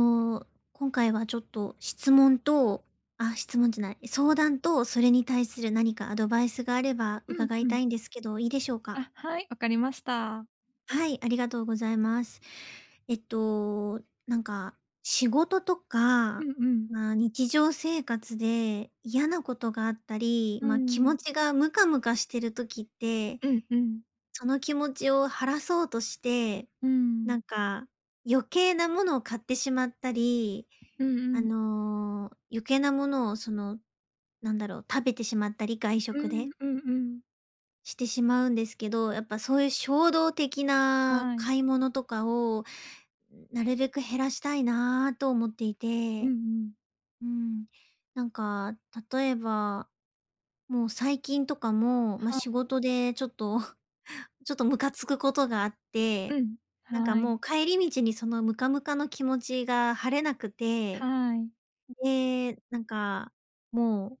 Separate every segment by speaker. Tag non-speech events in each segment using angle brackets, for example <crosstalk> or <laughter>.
Speaker 1: あの、今回はちょっと質問と、あ、質問じゃない、相談と、それに対する何かアドバイスがあれば
Speaker 2: うん
Speaker 1: 伺い
Speaker 2: う
Speaker 1: た
Speaker 2: ん。
Speaker 1: いんですけど、いいでしょうか？
Speaker 2: あ、はい、わかりました。
Speaker 1: はい、ありがとうございます。えっと、なんか、仕事と
Speaker 2: う
Speaker 1: か、
Speaker 2: んうん。
Speaker 1: まあ、日常生活で嫌なことがあったり、
Speaker 2: う
Speaker 1: まあ、気
Speaker 2: ん。
Speaker 1: 持ちがムカムカしてる時って
Speaker 2: うんうん。
Speaker 1: その気持ちを晴らそうとして、
Speaker 2: うん。
Speaker 1: なんか、余計なものを買ってしまったり、
Speaker 2: うんうん。
Speaker 1: 余計なものをなんだろう、食べてしまったり、外
Speaker 2: う
Speaker 1: 食
Speaker 2: ん
Speaker 1: で
Speaker 2: うんうん。
Speaker 1: してしまうんですけど、やっぱそういう衝動的な
Speaker 2: はい。
Speaker 1: 買い物とかを、なるべく減らしたいなと思ってい
Speaker 2: うんう
Speaker 1: て、
Speaker 2: ん。
Speaker 1: うん。なんか、例えばもう最近とかも、まあ、仕
Speaker 2: は
Speaker 1: 事でちょっと <laughs>、ちょっとムカつくことがあっ
Speaker 2: う
Speaker 1: て、
Speaker 2: ん
Speaker 1: なんか
Speaker 2: は
Speaker 1: も
Speaker 2: い。
Speaker 1: う帰り道にそのムカムカの気持ちが晴れなくて、
Speaker 2: はい。
Speaker 1: で、なんか、もう、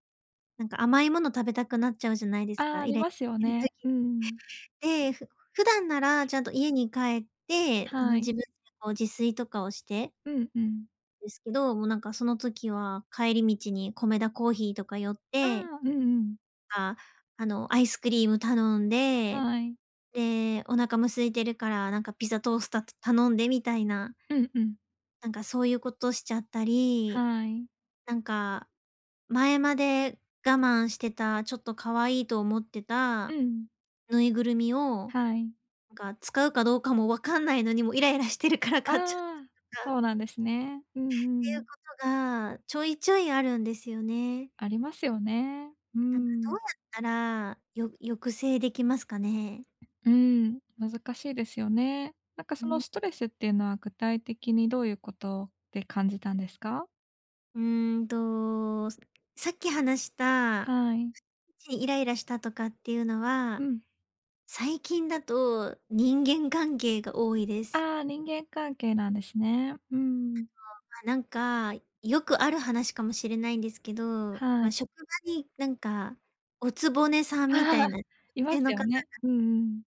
Speaker 1: なんか甘いもの食べたくなっちゃうじゃないです
Speaker 2: ああ、
Speaker 1: か、
Speaker 2: あ
Speaker 1: イ
Speaker 2: り
Speaker 1: ライラ
Speaker 2: ます
Speaker 1: し
Speaker 2: よ
Speaker 1: てる時
Speaker 2: ね。うん。
Speaker 1: って。普段ならちゃんと家に帰って、あの、
Speaker 2: はい。
Speaker 1: 自分でこう自炊とかをして
Speaker 2: うんうん。
Speaker 1: ですけど、もうなんかその時は帰り道にコメダーとか寄っ
Speaker 2: あ
Speaker 1: て、
Speaker 2: あ、うんうん。
Speaker 1: か、あの、アイスクリーム頼んで、
Speaker 2: はい。
Speaker 1: で、お腹も空いてるから、なんかピザトースタ頼んでみたいな、
Speaker 2: うんうん。
Speaker 1: なんかそういうことしちゃったり、
Speaker 2: はい。
Speaker 1: なんか、前まで我慢してた、ちょっと可愛いと思って
Speaker 2: う
Speaker 1: た
Speaker 2: ん。
Speaker 1: ぬいぐるみを、
Speaker 2: はい。
Speaker 1: なんか使うかどうかもわかんないのに、もうイライラしてるから
Speaker 2: あ
Speaker 1: 買っちゃっ
Speaker 2: あ、
Speaker 1: た
Speaker 2: そ
Speaker 1: っ
Speaker 2: うなんですね。う
Speaker 1: てい
Speaker 2: んう
Speaker 1: う
Speaker 2: ん。
Speaker 1: ことが、ちょいちょいあるんですよね。
Speaker 2: ありますよね。う
Speaker 1: なんかど
Speaker 2: ん。
Speaker 1: うやったら、抑制できますかね？
Speaker 2: うん、難しいですよね。なんか
Speaker 1: う
Speaker 2: その
Speaker 1: ん。
Speaker 2: ストレスっていうのは具体的にどういうことで感じたんですか？
Speaker 1: うーんと、さっき話した、
Speaker 2: はい。
Speaker 1: イライラしたとかっていうの
Speaker 2: う
Speaker 1: は、
Speaker 2: ん。
Speaker 1: 最近だと人間関係が多いです。
Speaker 2: ああ、人間関係なんですね。うん。
Speaker 1: まあ、なんか、よくある話かもしれないんですけど、
Speaker 2: は
Speaker 1: ま
Speaker 2: い。
Speaker 1: あ、
Speaker 2: <laughs>
Speaker 1: 職場になんか、おつぼねさんみ
Speaker 2: あ
Speaker 1: た
Speaker 2: あ、
Speaker 1: いな女
Speaker 2: いま
Speaker 1: 性
Speaker 2: す
Speaker 1: の
Speaker 2: よ
Speaker 1: 方、
Speaker 2: ね。うんうん。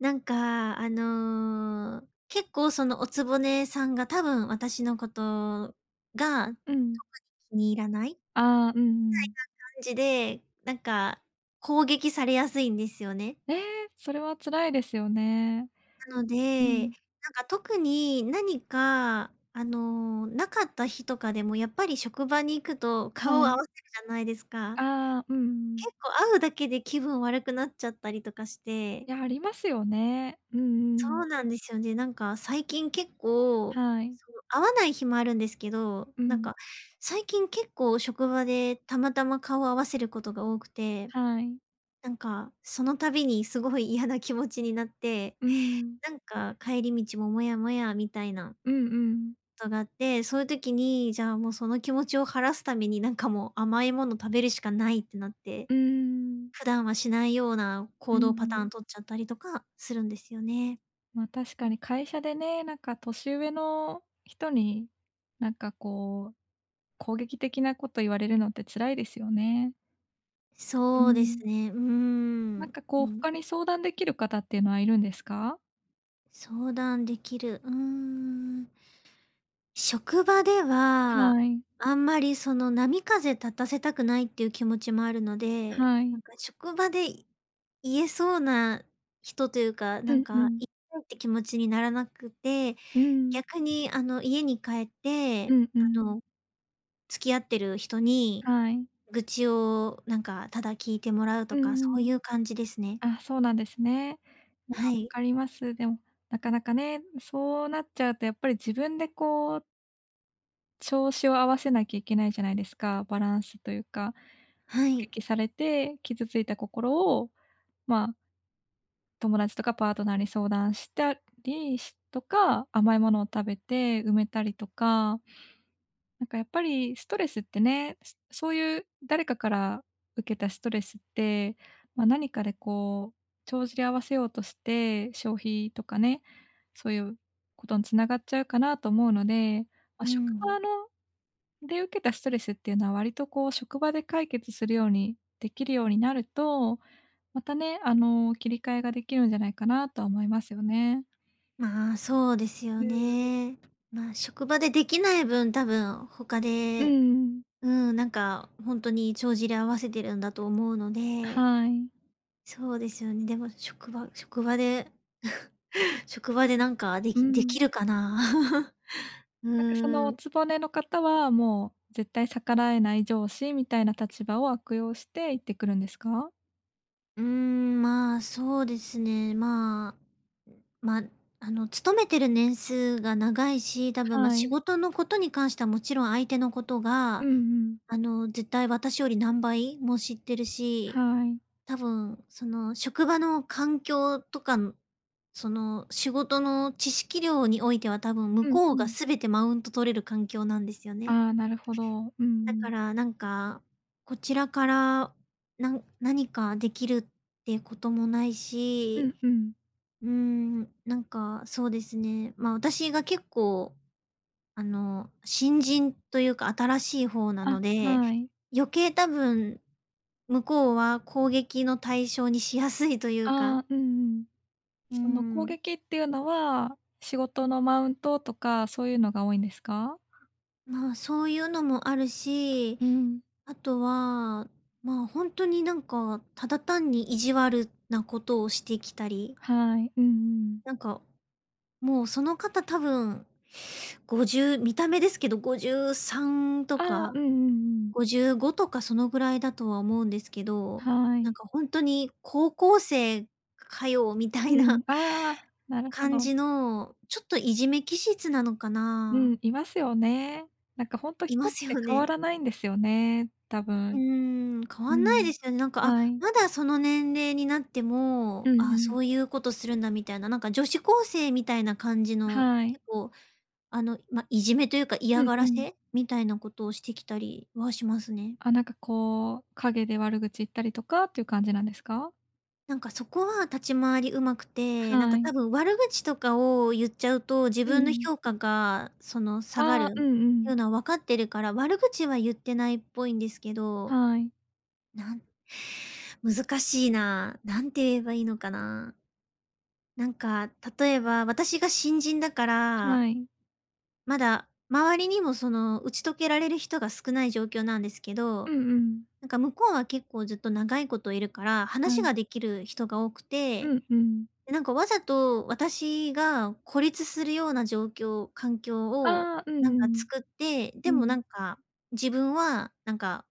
Speaker 1: なんか、あの、結構そのおつぼねさんが多分私のことが
Speaker 2: うん。
Speaker 1: 気に入らない
Speaker 2: ああ、うんうん。
Speaker 1: 感じで、なんか攻撃されやすいんですよね。
Speaker 2: ええ、それは辛いですよね。
Speaker 1: なの
Speaker 2: う
Speaker 1: で、
Speaker 2: ん。
Speaker 1: なんか特に何か、あの、なかった日とかでもやっぱり職場に行くと
Speaker 2: は
Speaker 1: 顔を合
Speaker 2: い。
Speaker 1: わせるじゃないですか。
Speaker 2: ああ、うんうん。
Speaker 1: 結構会うだけで気分悪くなっちゃったりとかして。
Speaker 2: いや、ありますよね。うんう
Speaker 1: そ
Speaker 2: ん。
Speaker 1: うなんですよね。なんか最近結構、
Speaker 2: はい。
Speaker 1: そう会わない日もあるんですけど、
Speaker 2: う
Speaker 1: なん
Speaker 2: ん。
Speaker 1: か最近結構職場でたまたま顔を合わせることが多くて、
Speaker 2: はい。
Speaker 1: なんかその度にすごい嫌な気持ちになって、
Speaker 2: うん。
Speaker 1: なんか帰り道もモヤモヤみたいな
Speaker 2: うんうん
Speaker 1: ことがあって、そういう時に、じゃあもうその気持ちを晴らすために、なんかもう甘いもの食べるしかないってなって、
Speaker 2: うん。
Speaker 1: 普段はしないような
Speaker 2: う
Speaker 1: 行
Speaker 2: んう
Speaker 1: 動パタ
Speaker 2: ん。
Speaker 1: ーン取っちゃったりとかするんですよね。
Speaker 2: ま、確かに会社でね、なんか年上の人に、なんかこう、攻撃的なこと言われるのって辛いですよね。う
Speaker 1: そうで
Speaker 2: ん。
Speaker 1: すね、うー
Speaker 2: なん
Speaker 1: ん。
Speaker 2: かこ
Speaker 1: う
Speaker 2: う、
Speaker 1: ん。
Speaker 2: 他に相談できる方っていうのはいるんですか？
Speaker 1: 相談できる、うーん。職場では、
Speaker 2: はい。
Speaker 1: あんまりその波風立たせたくないっていう気持ちもあるので、
Speaker 2: はい。
Speaker 1: なんか職場で言えそうな人というか、
Speaker 2: う
Speaker 1: なん
Speaker 2: んう
Speaker 1: か
Speaker 2: ん。
Speaker 1: 言いたいって気持ちにならなくて、
Speaker 2: うん。
Speaker 1: 逆にあの家に帰って、
Speaker 2: うんう
Speaker 1: あ
Speaker 2: ん。
Speaker 1: の付き合ってる人に
Speaker 2: はい。
Speaker 1: 愚痴をなんかただ聞いてもらう
Speaker 2: う
Speaker 1: とか、そ
Speaker 2: んうん。
Speaker 1: ういう感じですね。
Speaker 2: あ、そうなんですね。いや、
Speaker 1: は
Speaker 2: わ
Speaker 1: い。
Speaker 2: かります。でも、なかなかね、そうなっちゃうとやっぱり自分でこう調子を合わせなきゃいけないじゃないですか、バランスというか。
Speaker 1: は
Speaker 2: 攻
Speaker 1: い。
Speaker 2: 撃されて傷ついた心を、まあ、友達とかパートナーに相談したりしとか、甘いものを食べて埋めたりとか、なんかやっぱりストレスってね、そういう誰かから受けたストレスって、ま、何かでこう、帳尻合わせようとして、消費とかね、そういうことに繋がっちゃうかなと思うので、ま、
Speaker 1: う
Speaker 2: 職
Speaker 1: ん。
Speaker 2: 場ので、受けたストレスっていうのは割とこう職場で解決するようにできるようになると、またね、あの、切り替えができるんじゃないかなとは思いますよね。
Speaker 1: まあ、そうですよ
Speaker 2: うん。
Speaker 1: ね。まあ、職場でできない分、多分他で、
Speaker 2: ん、
Speaker 1: うん、なんかほんとに帳尻合わせてるんだと思うので、
Speaker 2: はい。
Speaker 1: そうですよね。でも職場で <laughs> 職場でなんかで
Speaker 2: う
Speaker 1: きで
Speaker 2: ん。
Speaker 1: きるかな？<laughs> う
Speaker 2: なんかその
Speaker 1: ー
Speaker 2: お
Speaker 1: ん。
Speaker 2: 局の方はもう絶対逆らえない上司みたいな立場を悪用して言ってくるんですか？
Speaker 1: うーん、まあ、そうですね。まあ、まあ、あの、勤めてる年数が長いし、多分、まあ、
Speaker 2: は
Speaker 1: 仕
Speaker 2: い。
Speaker 1: 事のことに関してはもちろん相手のこと
Speaker 2: うん
Speaker 1: が、
Speaker 2: うん。
Speaker 1: あの、絶対私より何倍も知ってるし、
Speaker 2: はい。
Speaker 1: 多分、その、職場の環境とかのその、仕事の知識量においては多分向
Speaker 2: うん
Speaker 1: こ
Speaker 2: う
Speaker 1: うが
Speaker 2: ん。
Speaker 1: 全てマウント取れる環境なんですよね。
Speaker 2: ああ、なるほど。うんう
Speaker 1: だ
Speaker 2: ん。
Speaker 1: からなんか、こちらから、何かできるってこともない
Speaker 2: う
Speaker 1: し、
Speaker 2: んうん。
Speaker 1: うーん、なんかそうですね、まあ、私が結構、あの、新人というか新しい方なの
Speaker 2: あ、
Speaker 1: で、
Speaker 2: はい。
Speaker 1: 余計多分、向こうは攻撃の対象にしやすいというか、
Speaker 2: ああ、うんうん。
Speaker 1: うー
Speaker 2: その攻
Speaker 1: ん、
Speaker 2: 撃っていうのは、仕事のマウントとかそういうのが多いんですか？
Speaker 1: まあ、そういうのもあるし、
Speaker 2: うん、
Speaker 1: あとは、まあ、本当になんか、ただ単に意地悪なことをしてきたり
Speaker 2: はい。うんうん。
Speaker 1: なんか、もうその方多分、50見た目ですけど、53と
Speaker 2: ああ、
Speaker 1: か
Speaker 2: うんうんうん。
Speaker 1: 55とかそのぐらいだとは思うんですけど、
Speaker 2: は
Speaker 1: な
Speaker 2: い。
Speaker 1: んかほんとに高校生かよみた
Speaker 2: う
Speaker 1: いな
Speaker 2: ん、ああ、なるほ
Speaker 1: 感
Speaker 2: ど。
Speaker 1: じの、ちょっといじめ気質なのか
Speaker 2: う
Speaker 1: な。
Speaker 2: ん、いますよね。なんかほんと
Speaker 1: い
Speaker 2: 人
Speaker 1: ま
Speaker 2: っ
Speaker 1: す
Speaker 2: て
Speaker 1: よ
Speaker 2: 変
Speaker 1: ね。
Speaker 2: わらないんですよね、多
Speaker 1: うー
Speaker 2: 分。
Speaker 1: ん、変
Speaker 2: う
Speaker 1: わんない
Speaker 2: ん。
Speaker 1: ですよね。なんか、あ、
Speaker 2: はい。
Speaker 1: まだその年齢になって
Speaker 2: う
Speaker 1: も、
Speaker 2: んう
Speaker 1: あ、
Speaker 2: ん。
Speaker 1: そういうことするんだみたいな、なんか女子高生みたいな感じの、
Speaker 2: はい。
Speaker 1: 結構あの、ま、いじめというか、嫌
Speaker 2: うん
Speaker 1: が
Speaker 2: う
Speaker 1: ら
Speaker 2: ん。
Speaker 1: せみたいなことをしてきたりはしますね。
Speaker 2: あ、なんかこう、陰で悪口言ったりとかっていう感じなんですか？
Speaker 1: なんかそこは立ち回り上手くて、なん
Speaker 2: は
Speaker 1: か
Speaker 2: い。
Speaker 1: 多分悪口とかを言っちゃうと、自
Speaker 2: う
Speaker 1: 分の
Speaker 2: ん。
Speaker 1: 評価がその下がる
Speaker 2: ああ、
Speaker 1: っ
Speaker 2: うんう
Speaker 1: てい
Speaker 2: ん。
Speaker 1: うのは分かってるから、悪口は言ってないっぽいんですけど、
Speaker 2: はい、
Speaker 1: なん難しいな。なんて言えばいいのかな。なんか、例えば私が新人だか
Speaker 2: は
Speaker 1: ら、
Speaker 2: い。
Speaker 1: まだ周りにもその打ち解けられる人が少ない状況なんですけ
Speaker 2: う
Speaker 1: ど
Speaker 2: んうん。
Speaker 1: なんか向こうは結構ずっと長いこといるから、
Speaker 2: は
Speaker 1: 話
Speaker 2: い。
Speaker 1: ができる人が多くて、
Speaker 2: うんうん。
Speaker 1: で、なんかわざと私が孤立するような状況環境を
Speaker 2: ああ、うん
Speaker 1: なん
Speaker 2: う
Speaker 1: か
Speaker 2: ん。
Speaker 1: 作って、
Speaker 2: う
Speaker 1: でもな
Speaker 2: ん。
Speaker 1: んか、自分はなんか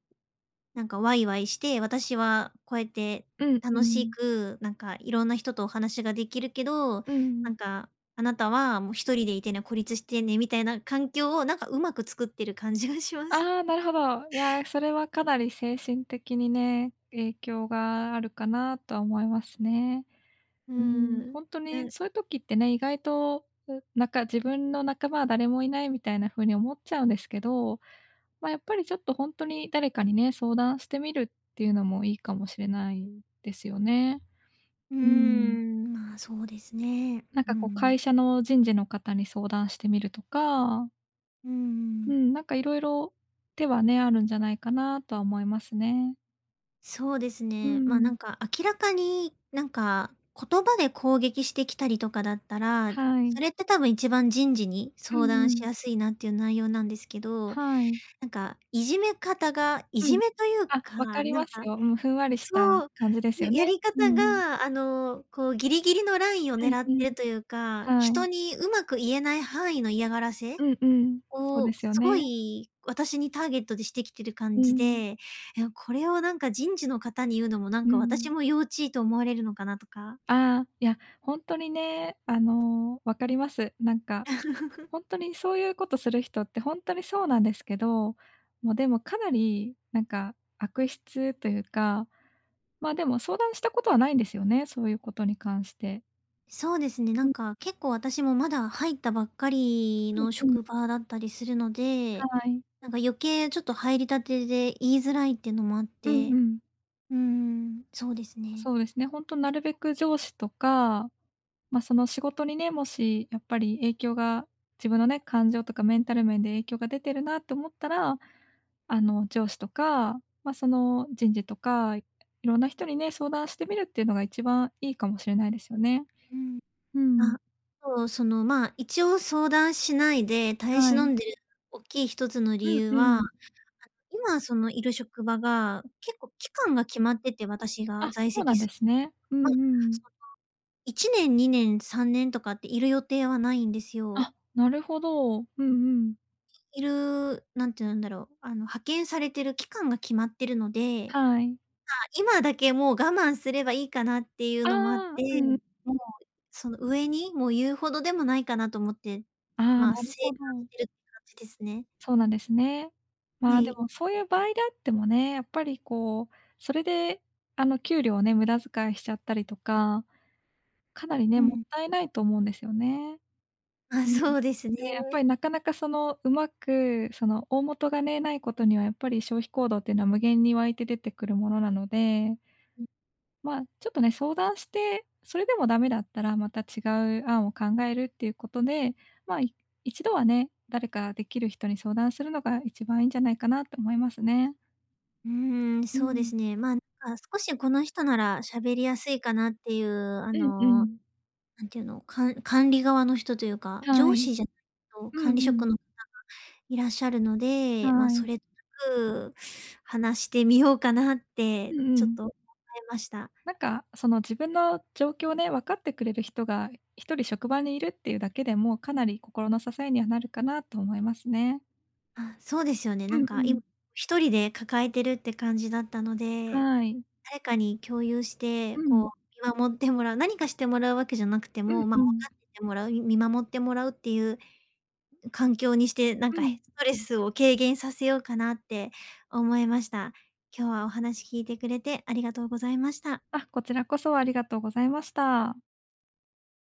Speaker 1: なんかワイワイして、私はこうやって
Speaker 2: うんう
Speaker 1: 楽し
Speaker 2: ん。
Speaker 1: く、なんかいろんな人とお話ができるけど、
Speaker 2: う
Speaker 1: な
Speaker 2: ん。
Speaker 1: んかあなたはもう一人でいてね、孤立してねみたいな環境をなんかうまく作ってる感じがします。
Speaker 2: ああ、なるほど。いや、それはかなり精神的にね、影響があるかなとは思いますね。
Speaker 1: う
Speaker 2: うーん、
Speaker 1: ん。
Speaker 2: ほんと
Speaker 1: う
Speaker 2: に
Speaker 1: ん。
Speaker 2: そういう時ってね、意外と、なんか自分の仲間は誰もいないみたいな風に思っちゃうんですけど、ま、やっぱりちょっとほんとに誰かにね、相談してみるっていうのもいいかもしれないですよね。
Speaker 1: うー
Speaker 2: うーん。
Speaker 1: ん、まあ、そうですね。
Speaker 2: なん
Speaker 1: う
Speaker 2: かこう
Speaker 1: ん。
Speaker 2: 会社の人事の方に相談してみるとか、
Speaker 1: う
Speaker 2: う
Speaker 1: ん。
Speaker 2: ん、なんかいろいろ手はね、あるんじゃないかなとは思いますね。
Speaker 1: そうです
Speaker 2: う
Speaker 1: ね。まあ、な
Speaker 2: ん。
Speaker 1: んか明らかに、なんか、言葉で攻撃してきたりとかだったら、
Speaker 2: は
Speaker 1: そ
Speaker 2: い。
Speaker 1: れって多分一番人事に
Speaker 2: う
Speaker 1: 相
Speaker 2: んう
Speaker 1: 談し
Speaker 2: ん。
Speaker 1: やすいなっていう内容なんですけど、
Speaker 2: はい。
Speaker 1: なんかいじめ方がい
Speaker 2: う
Speaker 1: じ
Speaker 2: ん。
Speaker 1: めという
Speaker 2: あ、
Speaker 1: か、
Speaker 2: わかり
Speaker 1: なん
Speaker 2: ます
Speaker 1: か、
Speaker 2: よ。うん、ふんわりした
Speaker 1: そう、
Speaker 2: 感じですよね。
Speaker 1: やり
Speaker 2: う
Speaker 1: 方
Speaker 2: ん。
Speaker 1: が、あの、こうギリギリのラインを狙っ
Speaker 2: うんうん。
Speaker 1: てるというか、
Speaker 2: は
Speaker 1: 人
Speaker 2: い。
Speaker 1: にうまく言えない範囲の嫌がらせ
Speaker 2: うんうん。そう
Speaker 1: こ
Speaker 2: で
Speaker 1: う
Speaker 2: すよ
Speaker 1: すご
Speaker 2: ね。
Speaker 1: い私にターゲットでしてきてる
Speaker 2: う
Speaker 1: 感じ
Speaker 2: ん。
Speaker 1: で、え、これをなんか人事の方に言うのもなん
Speaker 2: う
Speaker 1: か私
Speaker 2: ん。
Speaker 1: も幼稚と思われるのかなとか。
Speaker 2: ああ、いや、ほんとにね、あの、わかります。なんか
Speaker 1: <laughs>
Speaker 2: 本当にそういうことする人って本当にそうなんですけど、もうでもかなりなんか悪質というか、ま、でも相談したことはないんですよね、そういうことに関して。
Speaker 1: そうですね、な
Speaker 2: うん
Speaker 1: んか結構私もまだ入ったばっかりの
Speaker 2: うんうん。
Speaker 1: 職場だったりするので、
Speaker 2: はい。
Speaker 1: なんか余計ちょっと入りたてで言いづらいっていうのもあっ
Speaker 2: うん
Speaker 1: て、
Speaker 2: うん。
Speaker 1: うーん、そうですね。
Speaker 2: そうですね、ほんとなるべく上司とか、まあ、その仕事にね、もしやっぱり影響が自分のね、感情とかメンタル面で影響が出てるなと思ったら、あの、上司とか、まあ、その人事とか、いろんな人にね、相談してみるっていうのが一番いいかもしれないですよね。
Speaker 1: うん。
Speaker 2: うん。
Speaker 1: あ、そう、その、まあ、一応相談しないで耐え
Speaker 2: は
Speaker 1: 忍
Speaker 2: い。
Speaker 1: んでる大きい一つの理
Speaker 2: うん
Speaker 1: 由
Speaker 2: う
Speaker 1: は
Speaker 2: ん。
Speaker 1: 今そのいる職場が、結構期間が決まってて、私
Speaker 2: あ、
Speaker 1: が在
Speaker 2: そうな
Speaker 1: 籍
Speaker 2: ん
Speaker 1: す
Speaker 2: ですね。うん
Speaker 1: ま、そ
Speaker 2: うん。
Speaker 1: 1年、2年、3年とかっている予定はないんですよ。
Speaker 2: あ、なるほど。うんうん。
Speaker 1: いる、なんて言うんだろう、あの、派遣されてる期間が決まってるので、
Speaker 2: はい。
Speaker 1: まあ、今だけもう我慢すればいいかなっていう
Speaker 2: あ
Speaker 1: のもあっ
Speaker 2: あ、
Speaker 1: て、
Speaker 2: うん。
Speaker 1: もうその上に、もう言うほどでもないかなと思って、
Speaker 2: ああ、
Speaker 1: まあ、
Speaker 2: な
Speaker 1: 正
Speaker 2: るほ
Speaker 1: 反
Speaker 2: ど。
Speaker 1: してるって感じですね。
Speaker 2: そうなんですね。
Speaker 1: は
Speaker 2: まあ、で
Speaker 1: い。
Speaker 2: もそういう場合であってもね、やっぱりこう、それであの給料をね、無駄遣いしちゃったりとか、かなりね、
Speaker 1: う
Speaker 2: もっ
Speaker 1: ん。
Speaker 2: たいないと思うんですよね。
Speaker 1: まあ、
Speaker 2: う
Speaker 1: そ
Speaker 2: ん。
Speaker 1: うですね。
Speaker 2: で、やっぱりなかなかそのうまく、その大元がね、ないことにはやっぱり消費行動っていうのは無限に湧いて出てくるものなのでまあ、ちょっとね、相談して、それでもダメだったら、また違う案を考えるっていうことで、まあ、一度はね、誰かできる人に相談するのが一番いいんじゃないかなと思いますね。
Speaker 1: うーん、
Speaker 2: う
Speaker 1: そうで
Speaker 2: ん。
Speaker 1: すね。まあ、なんか少しこの人なら喋りやすいかなっていう、あ
Speaker 2: うんう
Speaker 1: の、
Speaker 2: ん。
Speaker 1: なんていうの、管理側の人というか、
Speaker 2: は
Speaker 1: 上
Speaker 2: い。
Speaker 1: 司じゃないと
Speaker 2: う
Speaker 1: 管理
Speaker 2: んう
Speaker 1: 職
Speaker 2: ん。
Speaker 1: のいらっしゃるので、まあ、
Speaker 2: は
Speaker 1: そ
Speaker 2: い。
Speaker 1: れとなく話してみようかなっ
Speaker 2: う
Speaker 1: て
Speaker 2: んう
Speaker 1: ちょっ
Speaker 2: ん。
Speaker 1: と考えました。
Speaker 2: なんか、その自分の状況をね、分かってくれる人が一人職場にいるっていうだけでも、かなり心の支えにはなるかなと思いますね。
Speaker 1: あ、そうですよね。
Speaker 2: う
Speaker 1: なん
Speaker 2: んう
Speaker 1: か今
Speaker 2: ん。
Speaker 1: 一人で抱えてるって感じだったので、
Speaker 2: はい。
Speaker 1: 誰かに共有し
Speaker 2: う
Speaker 1: て、こう
Speaker 2: ん。
Speaker 1: 見守ってもらう、何かしてもらうわけじゃなくて
Speaker 2: うん
Speaker 1: も、まあ、
Speaker 2: う
Speaker 1: 分か
Speaker 2: ん。
Speaker 1: っててもらう、見守ってもらうっていう環境にして、なん
Speaker 2: う
Speaker 1: か、
Speaker 2: ん。
Speaker 1: ストレスを軽減させようかなって思いました。今日はお話聞いてくれてありがとうございました。
Speaker 2: あ、こちらこそありがとうございました。